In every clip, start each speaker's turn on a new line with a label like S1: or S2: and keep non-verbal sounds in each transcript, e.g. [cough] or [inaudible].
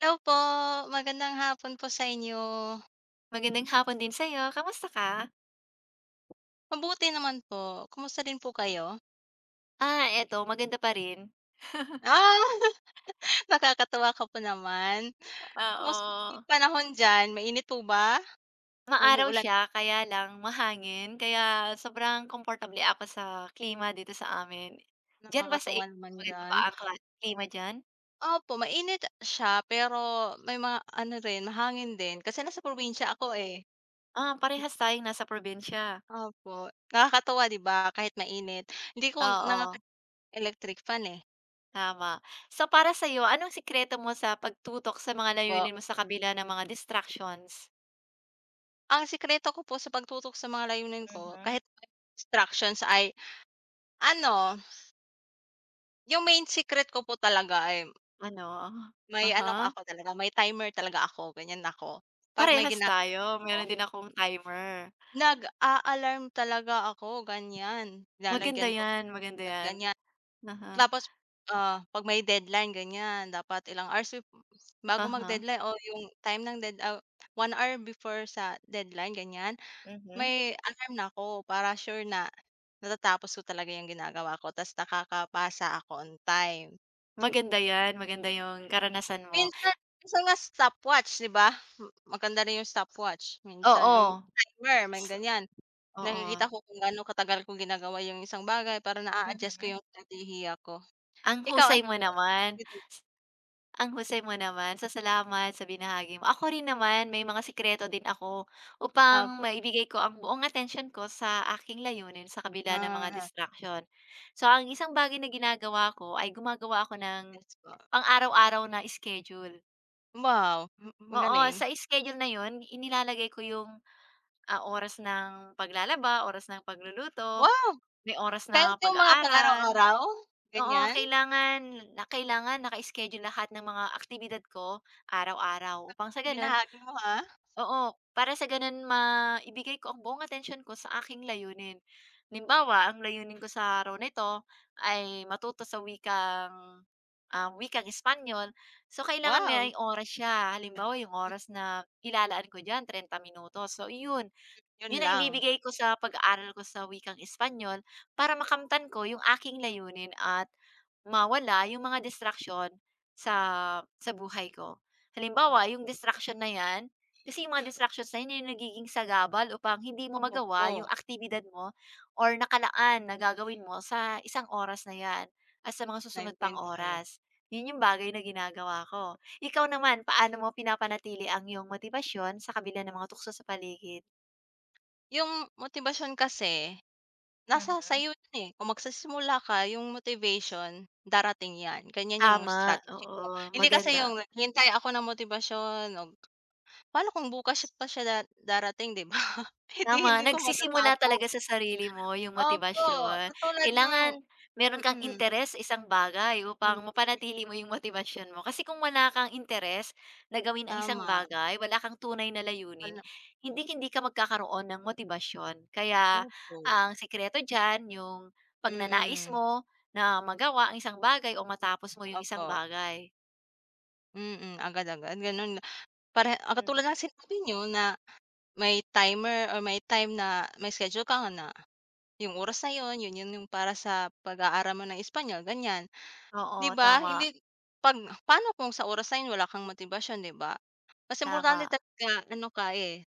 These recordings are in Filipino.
S1: Hello po, magandang hapon po sa inyo.
S2: Magandang hapon din sa'yo, kamusta ka?
S1: Mabuti naman po, kumusta din po kayo?
S2: Ah, eto maganda pa rin.
S1: Ah, [laughs] nakakatuwa ka po naman. Kumusta na
S2: Oo.
S1: yung panahon diyan, mainit po ba? O
S2: Maaraw
S1: umuulan,
S2: siya kaya lang mahangin kaya sobrang komportable ako sa klima dito sa amin. Diyan ba sa
S1: nakakatuwa
S2: inyo
S1: naman
S2: maganda
S1: diyan.
S2: ba ang klima diyan?
S1: Opo, mainit siya pero may mga ano rin, mahangin din kasi nasa probinsya ako, eh.
S2: Ah, parehas tayong nasa probinsya.
S1: Opo, nakakatuwa 'di ba kahit mainit. Hindi ko nangaka
S2: Oo,
S1: electric fan, eh.
S2: tama. So, para sa'yo, anong sikreto mo sa pagtutok sa mga layunin mo sa kabila ng mga distractions?
S1: Ang sikreto ko po sa pagtutok sa mga layunin ko
S2: Mhm.
S1: kahit may distractions ay ano, yung main secret ko po talaga ay
S2: Ano?
S1: may ano
S2: Aha,
S1: ako talaga, may timer talaga ako, ganyan ako. 'Pag may
S2: parehas
S1: ginagawa
S2: tayo,
S1: ako,
S2: meron din akong timer.
S1: nag-a-alarm talaga ako, ganyan.
S2: Maganda
S1: Nilalagyan ko
S2: 'yan, maganda
S1: dapat
S2: 'yan.
S1: ganyan.
S2: uh
S1: Tapos, ah, 'pag may deadline ganyan, dapat ilang hours bago
S2: aha,
S1: mag-deadline o yung time ng dead ah, 1 hour before sa deadline, ganyan.
S2: uh-huh, mhm.
S1: May alarm na ako para sure na natatapos ko talaga 'yung ginagawa ko ta's nakakapasa ako on time.
S2: Maganda 'yan, maganda 'yung karanasan mo.
S1: Minsan minsan nga stopwatch 'di ba? Maganda rin 'yung stopwatch minsan o
S2: Oo,
S1: timer may
S2: s
S1: ganyan.
S2: oo.
S1: Nakikita ko kung gaano katagal ko ginagawa 'yung isang bagay para naa-adjust ko
S2: Mhm.
S1: 'yung estratehiya ko.
S2: Ang
S1: Ikaw
S2: husay
S1: ano
S2: mo
S1: po
S2: naman,
S1: 'yung [unintelligible]
S2: s ang husay mo naman. Salamat sa binahagi mo. Ako rin naman may mga sikreto din ako upang
S1: opo,
S2: maibigay ko ang buong attention ko sa aking layunin sa kabila ng mga
S1: ah,
S2: distraction. So, ang isang bagay na ginagawa ko ay gumagawa ako ng
S1: gets po.
S2: pang-araw-araw na schedule.
S1: Wow,
S2: Oo,
S1: magaling.
S2: sa schedule na yun inilalagay ko yung, oras ng paglalaba, oras ng pagluluto,
S1: Wow,
S2: may oras
S1: kahit
S2: na
S1: 'yung mga pang
S2: pag-aaral.
S1: araw-araw,
S2: Oo,
S1: ganyan?
S2: kailangan naka-schedule lahat ng mga aktibidad ko araw-araw upang sa gano'n,
S1: Binahagi mo, ha?
S2: oo, para sa gano'n maibigay ko ang buong atensyon ko sa aking layunin. Halimbawa, ang layunin ko sa araw nito ay matuto sa wikang Espanyol. So, kailangan
S1: Wow,
S2: may oras siya. Halimbawa, yung oras na ilalaan ko diyan 30 minuto. So, yun
S1: 'yun
S2: yun ang
S1: lang.
S2: ibibigay ko sa pag-aaral ko sa wikang Espanyol para makamtan ko yung aking layunin at mawala yung mga distraksyon sa sa buhay ko. Halimbawa,
S1: Ah,
S2: yung distraction na 'yan, kasi yung mga distractions na 'yan, yung nagiging sagabal upang hindi mo magawa yung
S1: opo.
S2: aktibidad mo or nakalaan na gagawin mo sa isang oras na 'yan at sa mga
S1: 9
S2: susunod pang
S1: point pa kayo.
S2: oras. Yun yung bagay na ginagawa ko. Ikaw naman, paano mo pinapanatili ang iyong motibasyon sa kabila ng mga tukso sa paligid?
S1: Yung motibasyon kasi nasa
S2: Mhm.
S1: sa'yo yun, eh, kung magsisimula ka yung motivation darating yan, ganyan yung
S2: Tama,
S1: strategy ko.
S2: oo,
S1: Hindi kasi
S2: maganda.
S1: yung naghihintay ako ng motibasyon o paano kung bukas pa siya darating 'di ba? [laughs] Eh,
S2: Tama,
S1: hindi ko
S2: Nagsisimula talaga
S1: matatapos.
S2: sa sarili mo yung
S1: Opo,
S2: motibasyon.
S1: katulad ng
S2: Kailangan meron kang
S1: mm,
S2: interes sa isang bagay upang
S1: hmm,
S2: mapanatili mo yung motibasyon mo. Kasi kung wala kang interes na gawin ang isang
S1: tama
S2: bagay, wala kang tunay na layunin,
S1: wala
S2: hindi hindi ka magkakaroon ng motibasyon. Kaya
S1: opo,
S2: ang sikreto diyan yung pagnanais
S1: mm,
S2: mo na magawa ang isang bagay o matapos mo yung isang
S1: opo,
S2: bagay.
S1: mm, agad-agad ganun. Pare ah, katulad ng
S2: Mhm,
S1: sinabi niyo na may timer or may time na may schedule ka na yung oras na yun, yun yung para sa pag-aaral mo ng Espanyol ganyan, 'di
S2: oo,
S1: ba?
S2: tama,
S1: Hindi 'pag paano kung sa oras na yun wala kang motibasyon, 'di ba? Mas importante
S2: tama.
S1: talaga ano ka, eh,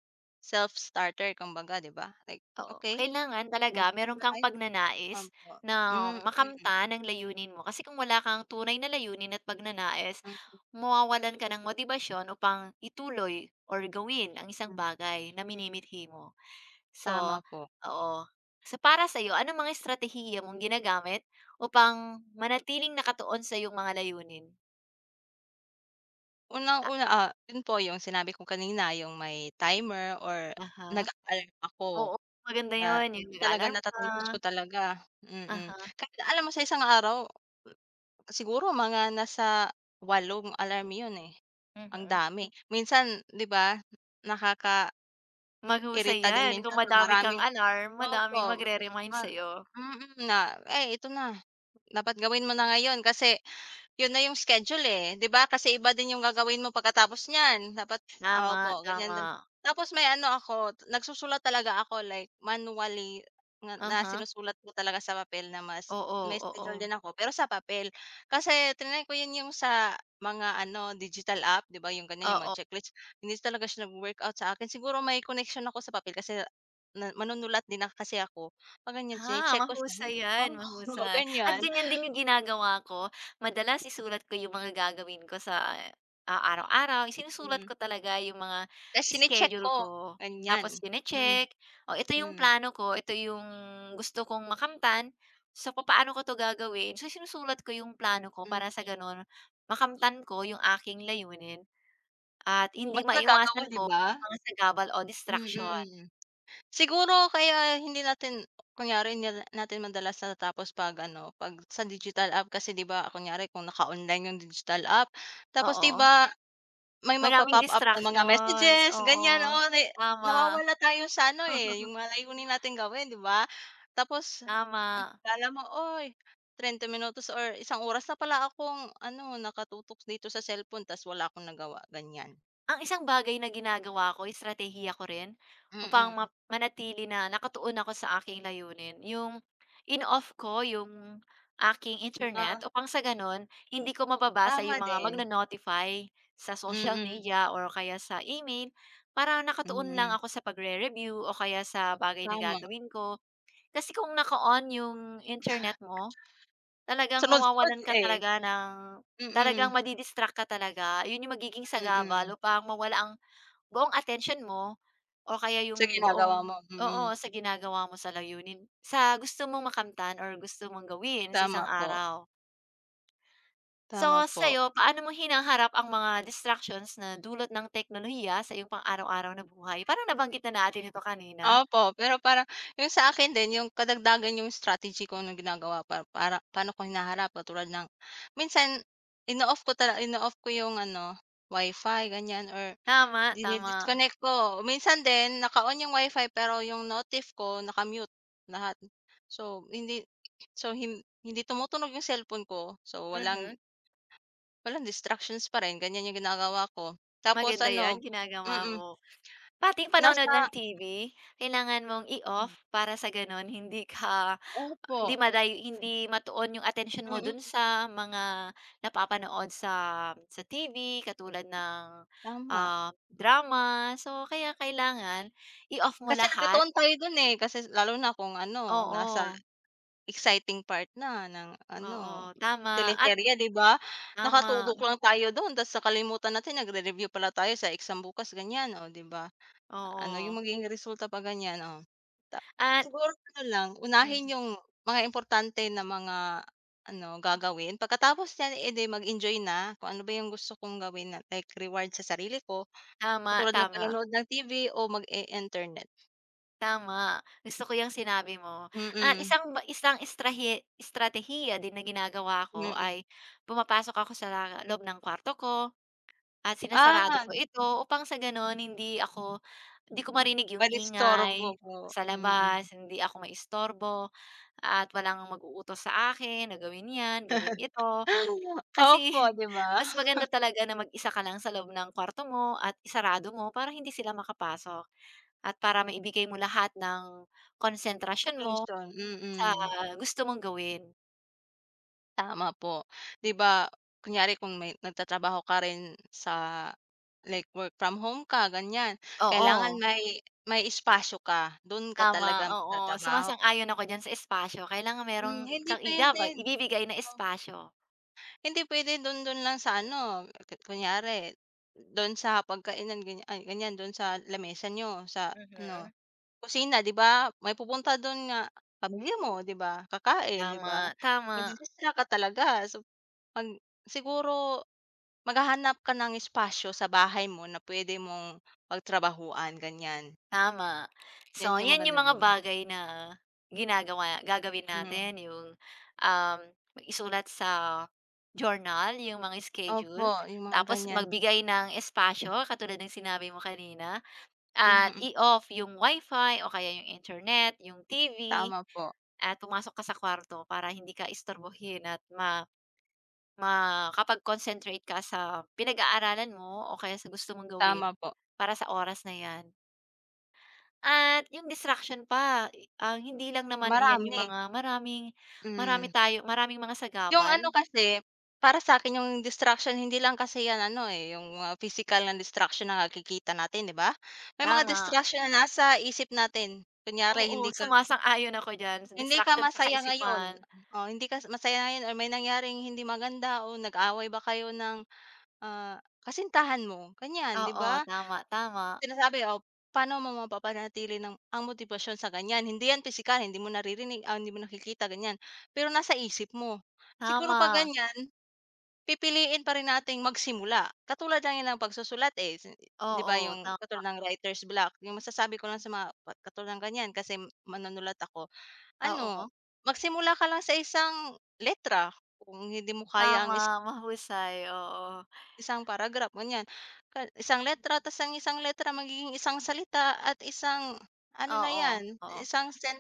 S1: self-starter kumbaga, 'di ba? Like,
S2: Oo,
S1: "Okey,
S2: kailangan talaga meron
S1: magsisimula
S2: kang
S1: tayo."
S2: pagnanais
S1: Opo.
S2: na
S1: Mm, mm,
S2: makamtan ang layunin mo kasi kung wala kang tunay na layunin at pagnanais,
S1: mm,
S2: mawawalan ka ng motibasyon upang ituloy or gawin ang isang
S1: mm.
S2: bagay na minimithi mo. So,
S1: Tama po.
S2: oo. So, para sa'yo, ano mga estratehiya mong ginagamit upang manatiling nakatuon sa iyong mga layunin? Ah,
S1: Unang-una, ah, yun po yung sinabi ko kanina yung may timer or nag
S2: aha.
S1: alarm ako.
S2: Oo, maganda
S1: Ah,
S2: 'yun, yung nag
S1: talaga
S2: alarm ka.
S1: natatapos ko talaga, mm.
S2: Aha,
S1: Kahit alam mo sa isang araw, siguro mga nasa 8 alarm yun, eh, ang
S2: mhm.
S1: dami. Minsan 'di ba, nakakairita
S2: Maghusay
S1: din
S2: 'yan kung
S1: minsan 'pag
S2: madami kang
S1: maraming
S2: alarm, madaming
S1: opo,
S2: magre-remind
S1: ma
S2: sa'yo.
S1: mm, na, "Eh, ito na, dapat gawin mo na ngayon kasi yun na yung schedule, eh, 'di ba? Kasi iba din yung gagawin mo pagkatapos niyan, dapat ah,
S2: Tama,
S1: opo, ganyan
S2: tama.
S1: din. Tapos may ano ako, nagsusulat talaga ako like manually na na
S2: Uh-huh.
S1: sinusulat ko talaga sa papel na mas
S2: Oo,
S1: may
S2: oo.
S1: schedule din ako, pero sa papel. Kasi triny ko yun yung sa mga ano, digital app, 'di ba, yung ganyan, yung
S2: Oo.
S1: mga checklist, hindi talaga siya nag workout sa akin. Siguro may connection ako sa papel kasi na manunulat din na kasi ako, 'pag ganyan chine-check ko siya
S2: Mahusay 'yan,
S1: oh, [laughs]
S2: mahusay. At
S1: ganyan.
S2: ganyan din yung ginagawa ko. Madalas isulat ko yung mga gagawin ko sa, araw-araw. Isinusulat
S1: Mm.
S2: ko talaga yung mga
S1: Tas chine-check
S2: schedule
S1: ko,
S2: ko,
S1: ganyan.
S2: tapos
S1: Hmm,
S2: chine-check, "O, ito yung
S1: hmm,
S2: plano ko, ito yung gusto kong makamtan, so papaano ko 'to gagawin?" So, isinusulat ko yung plano ko para
S1: hmm.
S2: sa gano'n makamtan ko yung aking layunin at hindi
S1: Mas nagagawa,
S2: maiwasan
S1: 'di
S2: ko
S1: ba?
S2: mga sagabal o
S1: Mm,
S2: distraction.
S1: mm. Siguro kaya hindi natin kunyari hindi na natin madalas natatapos 'pag ano, 'pag sa digital app kasi 'di ba kunyari kung naka-online yung digital app, tapos 'di
S2: Oo.
S1: ba may
S2: Maraming
S1: magpa-pop up ng mga
S2: distractions,
S1: messages ganyan,
S2: oo.
S1: oo, na
S2: Tama,
S1: nawawala tayo sa ano, eh, yung mga layunin nating gawin 'di ba? Tapos
S2: tama.
S1: akala mo, "Uy, 30 minutos or isang oras na pala akong ano, nakatutok dito sa cellphone ta's wala akong nagawa." Ganyan.
S2: Ang isang bagay na ginagawa ko, estratehiya ko rin upang ma
S1: Mm.
S2: manatili na nakatuon ako sa aking layunin, yung in-off ko yung aking internet
S1: Ah,
S2: upang sa gano'n hindi ko mababasa
S1: tama
S2: yung mga
S1: din.
S2: magno-notify sa
S1: Mm,
S2: social
S1: mm,
S2: media or kaya sa email para nakatuon lang
S1: mm.
S2: ako sa pagre-review o kaya sa bagay na
S1: Tama,
S2: gagawin ko. Kasi kung naka-on yung internet mo, talagang
S1: sunod-sunod,
S2: mawawalan ka
S1: eh,
S2: talaga ng
S1: mm,
S2: talagang madi ka talaga. Yun yung magiging sagabal
S1: mm.
S2: upang mawala ang buong attention mo o kaya yung
S1: Sa
S2: buong,
S1: ginagawa mo,
S2: oo,
S1: mm.
S2: sa ginagawa mo sa layunin sa gusto mong makamtan or gusto mong gawin sa isang
S1: Tama po,
S2: araw. So,
S1: tama po.
S2: sa'yo, paano mo hinaharap ang mga distractions na dulot ng teknolohiya sa iyong pang-araw-araw na buhay? Parang nabanggit na natin ito kanina.
S1: Opo, pero parang yung sa akin din yung kadagdagan yung strategy ko nung ginagawa pa para paano ko hinaharap katulad ng minsan ino-off ko yung ano, Wi-Fi ganyan or
S2: Tama, tama.
S1: dine-disconnect ko. Minsan din naka-on yung Wi-Fi pero yung notif ko naka-mute lahat. So, hindi hindi tumutunog yung cellphone ko, so walang
S2: Mhm.
S1: walang distractions pa rin, ganyan yung ginagawa ko. Tapos
S2: Maganda 'yan,
S1: ano
S2: ginagawa
S1: mm,
S2: mo. Pati panonood ng
S1: nasa
S2: TV, kailangan mong i-off para sa gano'n hindi ka
S1: opo,
S2: hindi maday hindi matuon yung atensyon mo dun
S1: mm,
S2: sa mga napapanood sa TV katulad ng,
S1: tama.
S2: ah, drama. So, kaya kailangan i-off mo
S1: Kasi
S2: lahat.
S1: nakatuon tayo dun, eh, kasi lalo na kung ano, nasa
S2: Oo,
S1: exciting part na ng
S2: oo,
S1: ano,
S2: tama at
S1: teleserye, 'di ba?
S2: tama,
S1: Nakatutok lang tayo dun ta's nakalimutan natin nagre-review pala tayo sa exam bukas, ganyan, oh, 'di ba? Ano, yung
S2: oo,
S1: magiging resulta pa ganyan, oh. Ta
S2: at
S1: siguro ano lang, unahin yung
S2: mhm,
S1: mga importante na mga ano, gagawin. Pagkatapos niyan, eh, di mag-enjoy na kung ano ba yung gusto kong gawin na like reward sa sarili ko,
S2: tama,
S1: katulad ng
S2: tama.
S1: panonood ng TV o mag-i-internet.
S2: Tama, gusto ko yung sinabi mo at
S1: Mm,
S2: isang estratehiya din na ginagawa ko
S1: mm.
S2: ay pumapasok ako sa loob ng kwarto ko at sinasarado
S1: Ah,
S2: ko ito upang sa gano'n hindi ko marinig 'yung
S1: madisturbo
S2: ingay
S1: po,
S2: sa
S1: mm.
S2: labas, hindi ako maistorbo at walang mag-uutos sa akin na gawin 'yan, gawin
S1: [laughs]
S2: ito. Kasi
S1: Opo,
S2: [laughs]
S1: di ba?
S2: mas maganda talaga na mag-isa ka lang sa loob ng kwarto mo at isarado mo para hindi sila makapasok. At para maibigay mo lahat ng konsentrasyon mo
S1: Atensyon,
S2: sa
S1: mm.
S2: gusto mong gawin.
S1: Tama po. 'Di
S2: Hmm,
S1: ba, kunyari kung may nagtatrabaho ka rin sa like work from home ka ganyan,
S2: oo,
S1: kailangan may may espasyo ka, dun ka
S2: tama,
S1: talaga
S2: oo.
S1: magtatrabaho.
S2: Sumasang-ayon ako diyan sa espasyo, kailangan merong
S1: Hmm, hindi
S2: kang
S1: pwede.
S2: ibibigay na espasyo.
S1: Hindi pwede do'n lang sa ano, kunyari do'n sa pagkainan ganyan ay ganyan do'n sa lamesa niyo sa ano,
S2: Mhm.
S1: kusina 'di ba? May pupunta do'n nga pamilya mo 'di ba, kakain 'di ba?
S2: Tama, tama,
S1: Madi-distract ka talaga so mag siguro maghahanap ka ng espasyo sa bahay mo na pwede mong pagtrabahuan ganyan,
S2: tama.
S1: 'yan
S2: So,
S1: yung
S2: 'yan
S1: maganda
S2: yung mga
S1: gawin.
S2: bagay na gagawin
S1: Mm,
S2: natin yung, um, isulat sa journal yung mga
S1: opo
S2: schedule,
S1: yung mga
S2: tapos
S1: ganyan,
S2: magbigay ng espasyo katulad ng sinabi mo kanina.
S1: mm,
S2: At
S1: mm,
S2: i-off yung wifi o kaya yung internet, yung TV
S1: tama po,
S2: at pumasok ka sa kwarto para hindi ka istorbohin at makapag-concentrate ka sa pinag-aaralan mo o kaya sa gusto mong gawin
S1: tama po,
S2: para sa oras na 'yan. At yung distraction pa, ang hindi lang naman iyan yung
S1: marami,
S2: mga maraming marami
S1: hmm.
S2: tayo maraming mga
S1: Yung
S2: sagabal,
S1: ano kasi, para sa'kin yung distraction hindi lang kasi 'yan ano, eh, yung mga pisikal na distraction na nakikita natin, 'di ba? May mga
S2: tama.
S1: distraction na nasa isip natin. Kunyari
S2: Oo, sumasang-ayon ako diyan sa
S1: hindi ka
S2: distraction sa
S1: masaya
S2: kaisipan.
S1: ngayon, oh, hindi ka masaya ngayon or may nangyaring hindi maganda o nag-away ba kayo ng, ah, kasintahan mo, ganiyan, 'di
S2: Oo,
S1: ba?
S2: tama, tama.
S1: Sinasabi, oh, paano mo mapapanatili ng ang motibasyon sa ganyan? Hindi yan physical, hindi mo naririnig, ah, hindi mo nakikita, ganyan. Pero nasa isip mo. Siguro 'pag
S2: Tama.
S1: ganyan, pipiliin pa rin nating magsimula. Katulad lang yan ng pagsusulat, eh, si 'di ba
S2: Oo,
S1: yung katulad ng writer's block, yung masasabi ko lang sa mga pa katulad ng ganyan kasi manunulat ako,
S2: oo.
S1: ano, magsimula ka lang sa isang letra. Kung hindi mo kaya ang
S2: Tama,
S1: is
S2: mahusay, oo.
S1: isang paragraph, ganyan. Ka isang letra tas ang isang letra magiging isang salita at isang ano na
S2: Oo,
S1: 'yan,
S2: oo,
S1: isang sen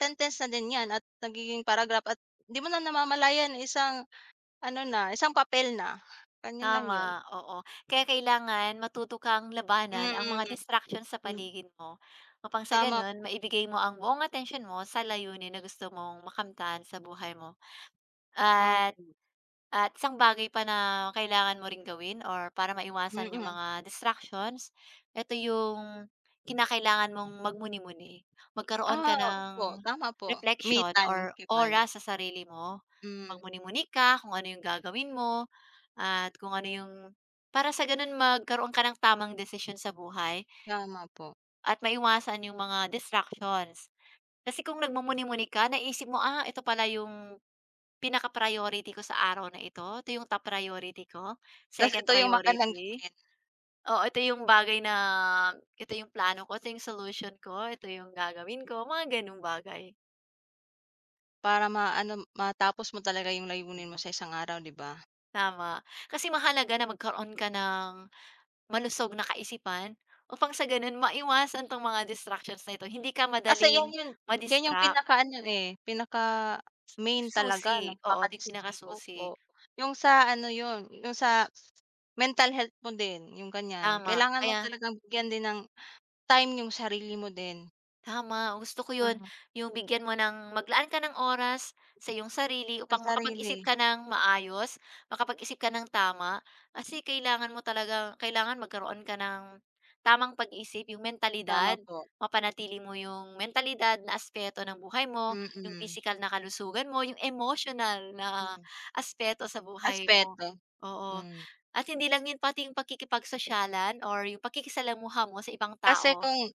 S1: sentence na din 'yan at nagiging paragraph at 'di mo na namamalayan isang ano na, isang papel na. Ganyan lang 'yun.
S2: tama, oo. Kaya kailangan matuto kang labanan ang
S1: Mm-mm.
S2: mga
S1: Mm,
S2: distractions sa
S1: hmm,
S2: paligid mo upang sa
S1: tama
S2: gano'n
S1: po,
S2: maibigay mo ang buong atensyon mo sa layunin na gusto mong makamtan sa buhay mo at
S1: opo.
S2: At isang bagay pa na kailangan mo ring gawin or para maiwasan yung
S1: Mm.
S2: mga distractions, eto yung kinakailangan mong magmuni-muni. Magkaroon ka
S1: Ah, opo,
S2: ng
S1: tama po. Me
S2: reflection
S1: time,
S2: or
S1: kebale.
S2: oras sa sarili mo.
S1: Hmm,
S2: Magmuni-muni ka kung ano yung gagawin mo at kung ano yung para sa ganun magkaroon ka ng tamang desisyon sa buhay
S1: tama po.
S2: at maiwasan yung mga distractions. Kasi kung nagmumuni-muni ka, naisip mo, ah, ito pala yung pinaka-priority ko sa araw na ito, ito yung top priority ko,
S1: Tas
S2: second
S1: ito yung magandang
S2: priority.
S1: gawin
S2: Oo, ito yung bagay na, ito yung plano ko, ito yung solution ko, ito yung gagawin ko, mga gano'ng bagay,
S1: para maano matapos mo talaga yung layunin mo sa isang araw, 'di ba?
S2: tama. Kasi mahalaga na magkaroon ka ng malusog na kaisipan upang sa gano'n maiwasan 'tong mga distractions na ito, hindi ka
S1: Kasi
S2: madaling
S1: 'yan 'yung
S2: madistract.
S1: pinakaano, eh, pinaka-main talaga
S2: Susi,
S1: ng
S2: oo, ito yung
S1: kaka-distract,
S2: pinakasusi,
S1: opo. 'Yung sa ano 'yun, 'yung sa mental health mo din 'yung ganiyan.
S2: tama.
S1: Kailangan mo
S2: Kaya,
S1: talagang bigyan din ng time 'yung sarili mo din.
S2: tama, gusto ko 'yun,
S1: Mm,
S2: yung bigyan mo ng maglaan ka ng oras sa iyong sarili
S1: sa
S2: upang
S1: sarili,
S2: makapag-isip ka ng maayos, makapag-isip ka ng tama. Kasi kailangan mo talaga kailangan magkaroon ka ng tamang pag-isip, yung
S1: tama
S2: mentalidad,
S1: po.
S2: mapanatili mo yung mentalidad na aspeto ng buhay mo, yung
S1: Mm,
S2: physical na kalusugan mo, yung emotional na
S1: hmm,
S2: aspeto sa buhay mo.
S1: aspeto,
S2: Oo,
S1: hmm.
S2: at hindi lang 'yun, pati yung pakikipag-sosyalan or yung pakikisalamuha mo sa ibang
S1: Kasi
S2: tao.
S1: kung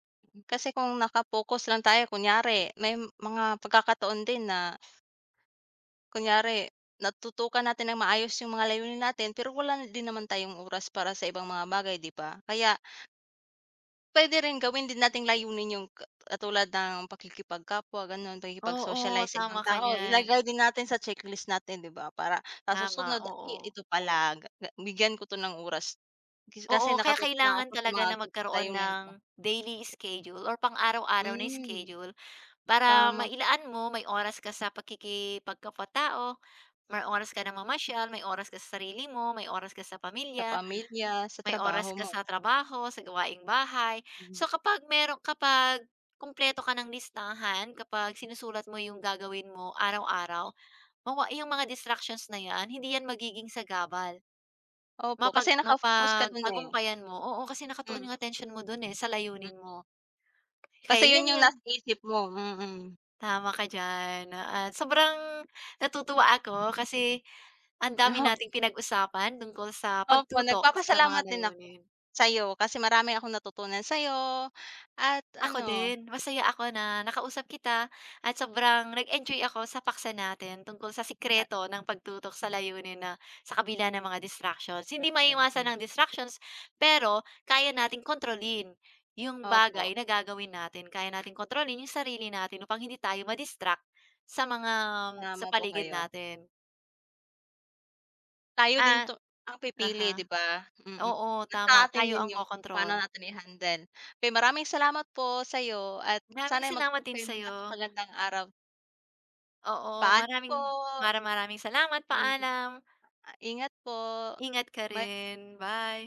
S1: Kasi kung naka-focus lang tayo kunyari may mga pagkakataon din na kunyari, natutukan natin nang maayos yung mga layunin natin, pero wala din naman tayong oras para sa ibang mga bagay, 'di ba? Kaya pwede rin gawin din nating layunin yung ka katulad ng pakikipagkapwa, gano'n,
S2: Oo,
S1: pakikipag-socialize sa ibang
S2: tama ka
S1: tao.
S2: diyan.
S1: Ilagay din natin sa checklist natin, 'di ba? Para sa
S2: Tama,
S1: susunod, "Ay,
S2: oo.
S1: ito pala, ga ga bigyan ko 'to ng oras
S2: Oo,
S1: kasi
S2: kaya
S1: nakatutok na
S2: kailangan
S1: ako sa
S2: talaga
S1: mga
S2: na magkaroon
S1: layunin
S2: ng
S1: ko."
S2: daily schedule or pang-araw-araw na
S1: Hmm,
S2: schedule para
S1: tama.
S2: mailaan mo, may oras ka sa pakikipagkapwa-tao, may oras ka na mamasyal, may oras ka sa sarili mo, may oras ka sa
S1: Sa
S2: pamilya,
S1: pamilya, sa
S2: may
S1: trabaho
S2: oras ka
S1: mo.
S2: sa trabaho, sa gawaing bahay.
S1: Mm.
S2: So, kapag kumpleto ka ng listahan, kapag sinusulat mo yung gagawin mo araw-araw, yung mga distractions na yan, hindi yan magiging sagabal.
S1: Opo,
S2: Mapag
S1: kasi naka-focus ka do'n, eh.
S2: mapagtagumpayan mo, oo, kasi nakatuon
S1: Mm.
S2: yung attention mo dun, eh, sa layunin mo.
S1: Kasi
S2: Kaya
S1: yun
S2: yan
S1: yung
S2: yung,
S1: nasa isip mo, mm.
S2: tama ka diyan, at sobrang natutuwa ako kasi ang dami
S1: Op
S2: nating pinag-usapan tungkol sa
S1: Opo,
S2: pagtutok sa mga
S1: nagpapasalamat din ako
S2: layunin.
S1: sa'yo kasi marami akong natutunan sa'yo at
S2: Ako
S1: ano
S2: din, masaya ako na nakausap kita at sobrang nag-enjoy ako sa paksa natin tungkol sa
S1: at
S2: sikreto ng pagtutok sa layunin na sa kabila ng mga distractions. Hindi
S1: action,
S2: maiiwasan
S1: mm,
S2: ng distractions, pero kaya nating kontrolin yung bagay
S1: opo,
S2: na gagawin natin. Kaya nating kontrolin yung sarili natin upang hindi tayo ma sa mga sa
S1: tama po
S2: paligid
S1: kayo.
S2: natin.
S1: Tayo din
S2: Ah,
S1: 'to ang
S2: aha.
S1: pipili 'di ba? Mm.
S2: Oo,
S1: Nasa
S2: tama.
S1: atin
S2: Tayo ang
S1: din yun kung
S2: kokontrol.
S1: paano natin i-handle. Kaya maraming salamat po sa'yo at
S2: Maraming
S1: sana'y
S2: salamat
S1: magkaroon
S2: din
S1: kayo ng
S2: sa'yo.
S1: napakagandang araw.
S2: Oo,
S1: Paalam
S2: maraming
S1: po.
S2: mara maraming salamat.
S1: Mm,
S2: Paalam.
S1: ah, ingat po.
S2: Ingat ka
S1: Bye.
S2: rin. Bye.